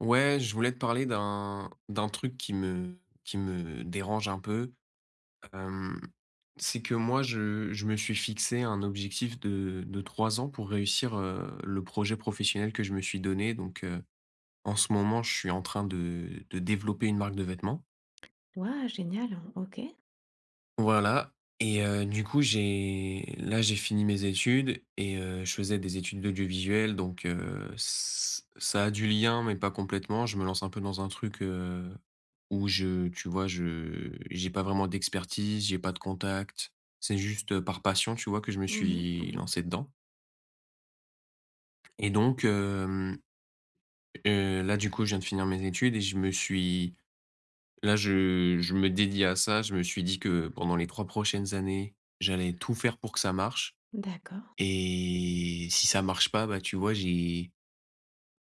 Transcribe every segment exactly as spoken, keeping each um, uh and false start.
Ouais, je voulais te parler d'un d'un truc qui me qui me dérange un peu. Hem, c'est que moi, je je me suis fixé un objectif de de trois ans pour réussir, heu, le projet professionnel que je me suis donné. Donc, heu, en ce moment, je suis en train de de développer une marque de vêtements. Waouh, génial, hein, OK. Voilà. Et heu, du coup, j'ai là, j'ai fini mes études et heu, je faisais des études d'audiovisuel, donc heu, ç ça a du lien mais pas complètement. Je me lance un peu dans un truc, heu, où je tu vois, je j'ai pas vraiment d'expertise, j'ai pas de contact. C'est juste, heu, par passion, tu vois, que je me Mmh mh, suis mmh. lancé dedans. Et donc hem, heu, là, du coup, je viens de finir mes études et je me suis là, je je me dédie à ça. Je me suis dit que pendant les trois prochaines années, j'allais tout faire pour que ça marche. D'accord. Et si ça marche pas, bah, tu vois, j'ai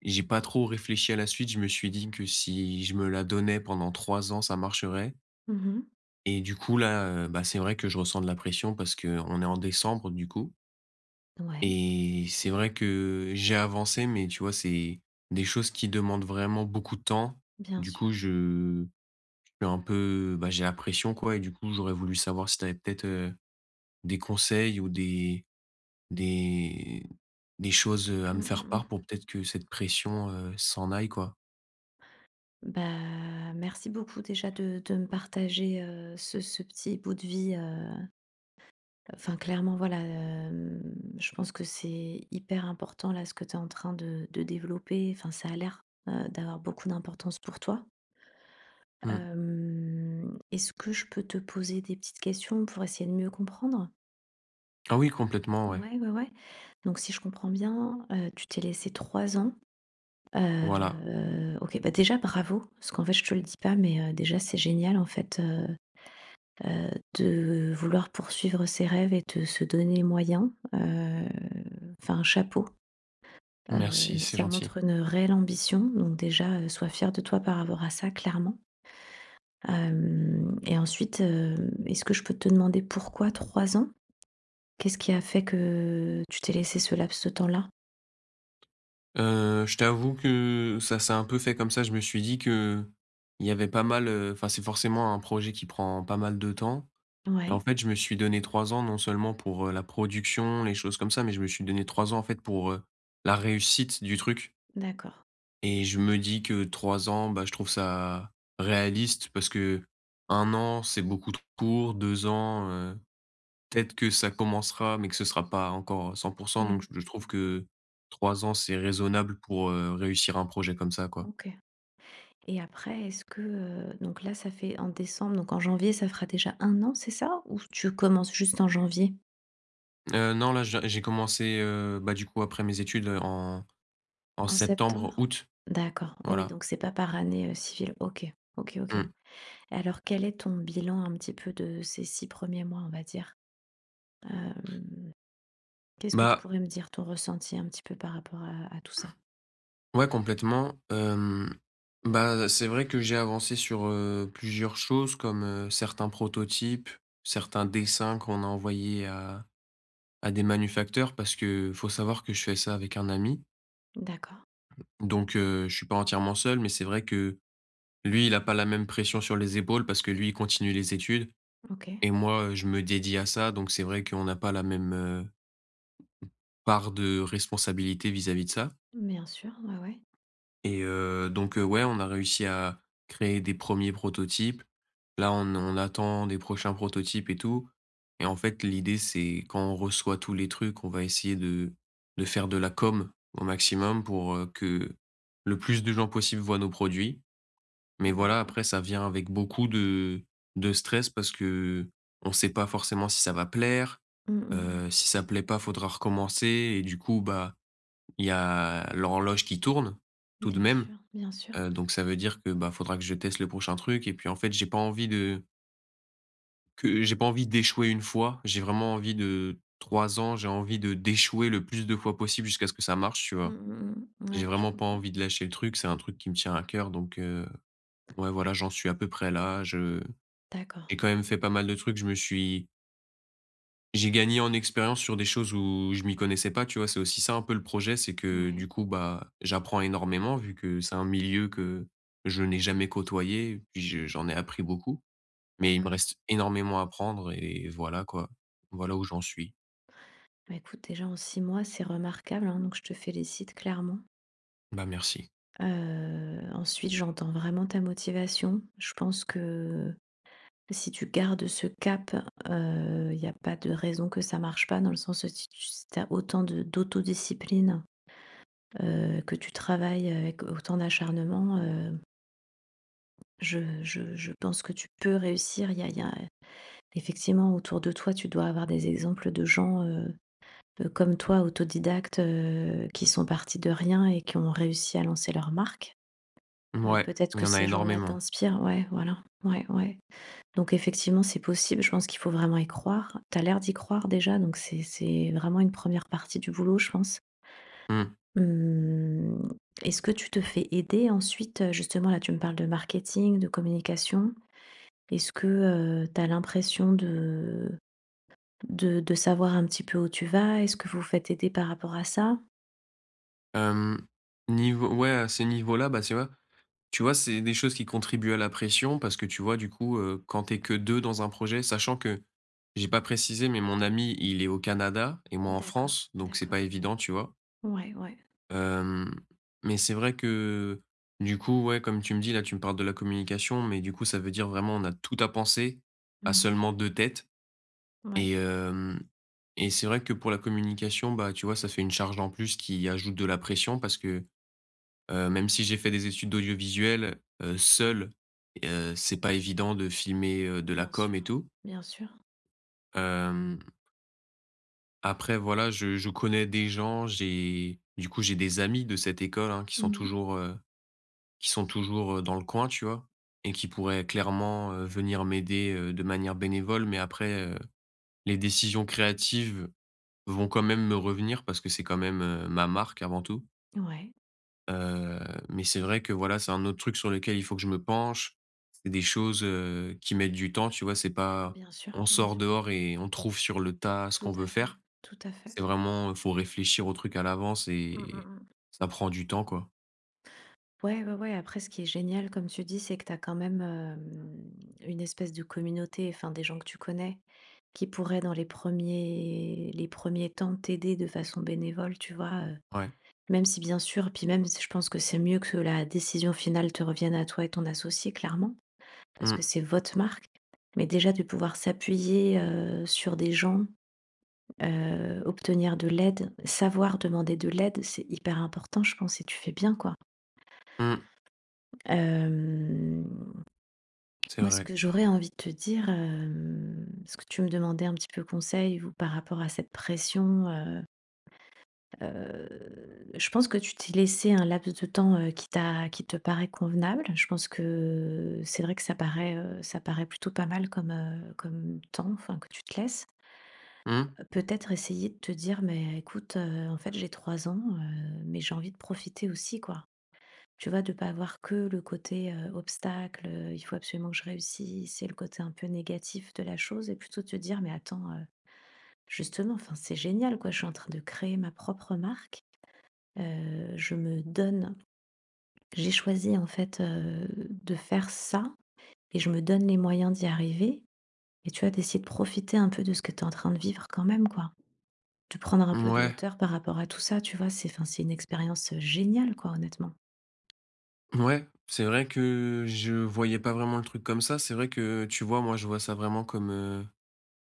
j'ai pas trop réfléchi à la suite. Je me suis dit que si je me la donnais pendant trois ans, ça marcherait. Mmh. Et du coup, là, heu, bah, c'est vrai que je ressens de la pression parce que on est en décembre, du coup. Ouais, Et c'est vrai que j'ai avancé, mais tu vois, c'est des choses qui demandent vraiment beaucoup de temps. bien Du sûr. coup, je je suis un peu, bah, j'ai la pression, quoi. Et du coup, j'aurais voulu savoir si tu avais peut-être, heu, des conseils ou des Des des choses, heu, à me Mmh mh, faire mmh. part pour peut-être que cette pression, heu, s'en aille quoi. Bah, merci beaucoup déjà de de me partager, heu, ce ce petit bout de vie, heu, enfin clairement voilà, hem, je pense que c'est hyper important là ce que tu es en train de de développer, enfin ça a l'air, heu, d'avoir beaucoup d'importance pour toi. Mmh. Hem, est-ce que je peux te poser des petites questions pour essayer de mieux comprendre? Ah oui, complètement, ouais. Ouais, ouais, ouais. Donc si je comprends bien, heu, tu t'es laissé trois ans, Voilà. heu, OK, bah, déjà bravo, parce qu'en fait je te le dis pas, mais, heu, déjà c'est génial en fait, heu heu, de vouloir poursuivre ses rêves et de se donner les moyens, heu, enfin chapeau, Merci, heu, c'est ça gentil. montre une réelle ambition, donc déjà, heu, sois fier de toi par rapport à ça clairement. Hem et ensuite, hem, est-ce que je peux te demander pourquoi trois ans? Qu'est-ce qui a fait que tu t'es laissé ce laps de temps-là? Heu, je t'avoue que ça s'est un peu fait comme ça. Je me suis dit que il y avait pas mal, heu, enfin c'est forcément un projet qui prend pas mal de temps. Et en Ouais. fait je me suis donné trois ans non seulement pour, heu, la production, les choses comme ça, mais je me suis donné trois ans en fait pour, heu, la réussite du truc. D'accord. Et je me dis que trois ans, bah, je trouve ça réaliste parce que un an, c'est beaucoup trop court, deux ans, heu, peut-être que ça commencera, mais que ce sera pas encore cent pour cent, donc Mmh. je je trouve que trois ans, c'est raisonnable pour, heu, réussir un projet comme ça, quoi. OK. Et après, est-ce que, heu, donc là, ça fait en décembre, donc en janvier, ça fera déjà un an, c'est ça? Ou tu commences juste en janvier? Heu, non, là, j'ai j'ai commencé, heu, bah, du coup, après mes études, heu, en en En septembre? septembre-août, D'accord. Oui, voilà. donc c'est pas par année, heu, civile. OK. OK, OK. Et Mmh. alors quel est ton bilan un petit peu de ces six premiers mois, on va dire? Hem, qu'est-ce que tu Bah, pourrais me dire, ton ressenti un petit peu par rapport à à tout ça? ouais, complètement. Hem, bah, c'est vrai que j'ai avancé sur, heu, plusieurs choses comme, heu, certains prototypes, certains dessins qu'on a envoyés à à des manufacteurs parce que faut savoir que je fais ça avec un ami. D'accord. Donc, heu, je suis pas entièrement seul, mais c'est vrai que lui, il a pas la même pression sur les épaules parce que lui, il continue les études. OK. Et moi, heu, je me dédie à ça. Donc c'est vrai qu'on n'a pas la même, heu, part de responsabilité vis-à-vis de ça. Bien sûr, ouais, ouais. Et heu, donc heu, ouais, on a réussi à créer des premiers prototypes. Là, on on attend des prochains prototypes et tout. Et en fait, l'idée, c'est quand on reçoit tous les trucs, on va essayer de de faire de la com au maximum pour, heu, que le plus de gens possible voient nos produits. Mais voilà, D'accord. après ça vient avec beaucoup de de stress parce que qu'on sait pas forcément si ça va plaire, Mmh, mmh heu, si ça plaît pas, faudra recommencer et du coup, bah, il y a l'horloge qui tourne mh. tout de Bien même. sûr, bien sûr. Heu, donc ça veut dire que, bah, faudra que je teste le prochain truc et puis, en fait, j'ai pas envie de que j'ai pas envie d'échouer une fois. J'ai vraiment envie de trois ans, j'ai envie de d'échouer le plus de fois possible jusqu'à ce que ça marche, tu Mmh, vois? mmh mh. J'ai Ouais, je vraiment pas comprends. envie de lâcher le truc, c'est un truc qui me tient à cœur, donc heu, ouais, voilà, j'en suis à peu près là. Je D'accord, J'ai quand même fait pas mal de trucs, je me suis j'ai gagné en expérience sur des choses où je m'y connaissais pas, tu vois? C'est aussi ça un peu le projet, c'est que du ouais, coup, bah, j'apprends énormément vu que c'est un milieu que je n'ai jamais côtoyé, puis je j'en ai appris beaucoup, mais il me d'accord. reste énormément à apprendre et voilà quoi. Voilà où j'en suis. Bah, écoute, déjà en six mois, c'est remarquable, hein, donc je te félicite clairement. Bah, merci. Heu, ensuite, j'entends vraiment ta motivation. Je pense que si tu gardes ce cap, il n'y a pas de raison que ça marche pas dans le sens où si tu as autant de d'autodiscipline, heu, que tu travailles avec autant d'acharnement, heu, je je je pense que tu peux réussir. Il y a il y a effectivement autour de toi, tu dois avoir des exemples de gens, euh, heu, comme toi, autodidactes, heu, qui sont partis de rien et qui ont réussi à lancer leur marque. Heu, Ouais, peut-être il y que en a ces gens-là énormément. t'inspirent. Ouais, voilà. Ouais, ouais. Donc effectivement, c'est possible. Je pense qu'il faut vraiment y croire. T'as l'air d'y croire déjà, donc c'est c'est vraiment une première partie du boulot, je pense. Mmh. Mmh, est-ce que tu te fais aider ensuite, heu, justement, là, tu me parles de marketing, de communication. Est-ce que, heu, tu as l'impression de de de savoir un petit peu où tu vas? Est-ce que vous vous faites aider par rapport à ça? Hem, Niveau ouais, à ces niveaux-là, bah, c'est vois? Tu vois, c'est des choses qui contribuent à la pression parce que tu vois, du coup, heu, quand t'es que deux dans un projet, sachant que j'ai pas précisé, mais mon ami, il est au Canada et moi en D'accord, France, donc c'est pas d'accord. évident, tu vois? Ouais, ouais. Hem, mais c'est vrai que, du coup, ouais, comme tu me dis, là, tu me parles de la communication, mais du coup, ça veut dire vraiment on a tout à penser à Mhm. seulement deux têtes. et Ouais, ouais. hem et c'est vrai que pour la communication, bah, tu vois, ça fait une charge en plus qui ajoute de la pression parce que Heu, même si j'ai fait des études d'audiovisuel, heu, seul, heu, c'est pas évident de filmer, heu, de la Bien com et sûr, tout. bien sûr. Hem, Après voilà, je je connais des gens, j'ai du coup, j'ai des amis de cette école, hein, qui sont Mhm. toujours, heu, qui sont toujours, heu, dans le coin, tu vois? Et qui pourraient clairement, heu, venir m'aider, heu, de manière bénévole. Mais après, heu, les décisions créatives vont quand même me revenir parce que c'est quand même, heu, ma marque avant tout. Ouais, Heu, mais c'est vrai que voilà, c'est un autre truc sur lequel il faut que je me penche. C'est des choses, heu, qui mettent du temps, tu vois? C'est pas bien sûr, on bien sort sûr. dehors et on trouve sur le tas ce qu'on Tout veut à fait, faire. tout à fait. C'est vraiment, heu, faut réfléchir au truc à l'avance Mmh mh et mh. ça prend du temps, quoi. Ouais, ouais, ouais, après ce qui est génial, comme tu dis, c'est que tu as quand même, hem, une espèce de communauté, enfin des gens que tu connais, qui pourraient dans les premiers les premiers temps t'aider de façon bénévole, tu vois? Heu, Ouais. même si bien sûr puis même, je pense que c'est mieux que la décision finale te revienne à toi et ton associé, clairement. Parce que Mmh. c'est votre marque. Mais déjà de pouvoir s'appuyer, heu, sur des gens, heu, obtenir de l'aide, savoir demander de l'aide, c'est hyper important, je pense et tu fais bien, quoi. Mmh. Hem, C'est moi, ce vrai. que j'aurais envie de te dire, hem, parce que tu me demandais un petit peu conseil ou par rapport à cette pression, heu heu, je pense que tu t'es laissé un laps de temps, heu, qui t'a qui te paraît convenable. Je pense que c'est vrai que ça paraît, heu, ça paraît plutôt pas mal comme, heu, comme temps, enfin, que tu te laisses. Mmh. Peut-être essayer de te dire: «Mais écoute, heu, en fait, j'ai trois ans, heu, mais j'ai envie de profiter aussi, quoi». Tu vois? De pas avoir que le côté, heu, obstacle, heu, il faut absolument que je réussisse. C'est le côté un peu négatif de la chose et plutôt de te dire: «Mais attends, heu, justement, enfin, c'est génial, quoi, je suis en train de créer ma propre marque, heu, je me donne j'ai choisi, en fait, heu, de faire ça et je me donne les moyens d'y arriver» et tu vois, d'essayer de profiter un peu de ce que tu es en train de vivre quand même, quoi. De prendre un peu de Ouais. hauteur par rapport à tout ça, tu vois? C'est fin c'est une expérience, heu, géniale quoi, honnêtement. Mouais. C'est vrai que je voyais pas vraiment le truc comme ça. C'est vrai que, tu vois, moi, je vois ça vraiment comme, heu,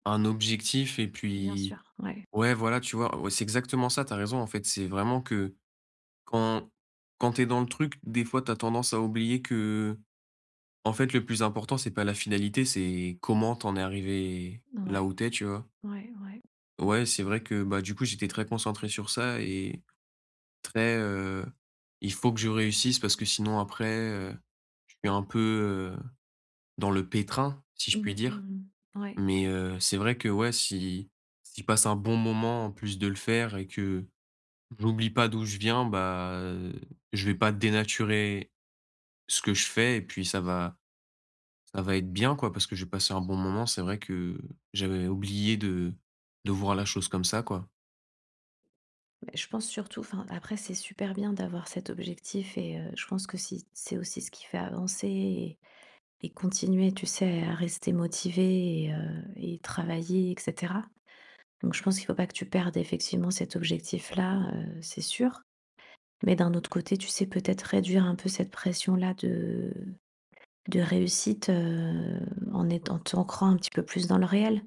un objectif et Bien puis sûr, ouais, ouais, voilà, tu vois? Ouais, c'est exactement ça, t'as raison, en fait. C'est vraiment que Quand quand t'es dans le truc, des fois, t'as tendance à oublier que en fait, le plus important, c'est pas la finalité, c'est comment t'en es arrivé là où ouais, t'es, tu vois? ouais, ouais. Ouais, c'est vrai que, bah, du coup, j'étais très concentré sur ça et très, heu, il faut que je réussisse parce que sinon après, heu, je suis un peu, heu, dans le pétrin, si je Mmh puis mh, dire. mmh. Ouais, Mais, ouais. heu, c'est vrai que, ouais, si si je passe un bon moment en plus de le faire et que j'oublie pas d'où je viens, bah, heu, je vais pas dénaturer ce que je fais et puis ça va ça va être bien quoi parce que j'ai passé un bon moment. C'est vrai que j'avais oublié de de voir la chose comme ça quoi. Beh, je pense surtout enfin, après c'est super bien d'avoir cet objectif et heu, je pense que si c'est aussi ce qui fait avancer et et continuer, tu sais, à rester motivé et heu et travailler et cetera. Donc je pense qu'il ne faut pas que tu perdes effectivement cet objectif-là, heu, c'est sûr. Mais d'un autre côté, tu sais, peut-être réduire un peu cette pression-là de de réussite, heu, en étant en t'ancrant un petit peu plus dans le réel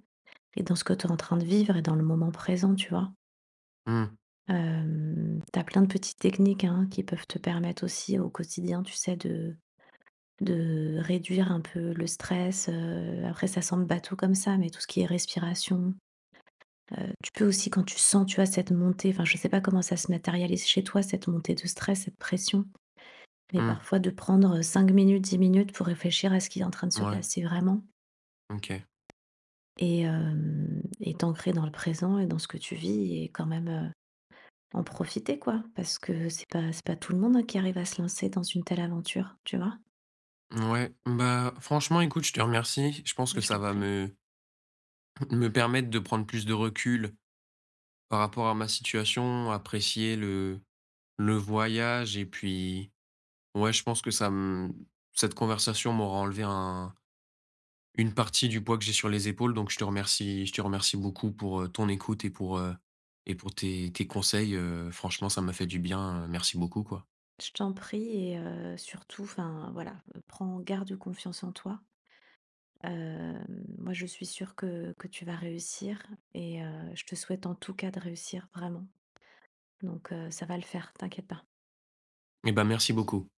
et dans ce que tu es en train de vivre et dans le moment présent, tu vois? Mmh, Hem, tu as plein de petites techniques, hein, qui peuvent te permettre aussi au quotidien, tu sais, de de réduire un peu le stress, heu, après ça semble bateau comme ça, mais tout ce qui est respiration, heu, tu peux aussi quand tu sens, tu vois, cette montée, enfin, je sais pas comment ça se matérialise chez toi, cette montée de stress, cette pression, mais mmh, parfois de prendre, cinq minutes, dix minutes pour réfléchir à ce qui est en train de se ouais, passer vraiment. OK. Et hem et t'ancrer dans le présent et dans ce que tu vis et quand même, heu, en profiter quoi. Parce que c'est pas c'est pas tout le monde, hein, qui arrive à se lancer dans une telle aventure, tu vois? Ouais, bah, franchement, écoute, je te remercie. Je pense que Mais je ça t'en va prie, me me permettre de prendre plus de recul par rapport à ma situation, apprécier le le voyage et puis ouais, je pense que ça me cette conversation m'aura enlevé un Une partie du poids que j'ai sur les épaules, donc je te remercie je te remercie beaucoup pour, heu, ton écoute et pour, heu et pour tes tes conseils, heu, je franchement ça t'en m'a fait du prie, bien, heu, merci beaucoup, quoi. je t'en prie et heu, surtout, enfin, voilà, heu, prends garde, confiance en toi. Hem, moi je suis sûre que que tu vas réussir et heu, je te souhaite en tout cas de réussir, vraiment. Donc heu, ça va le faire, t'inquiète pas. Eh ben, merci beaucoup.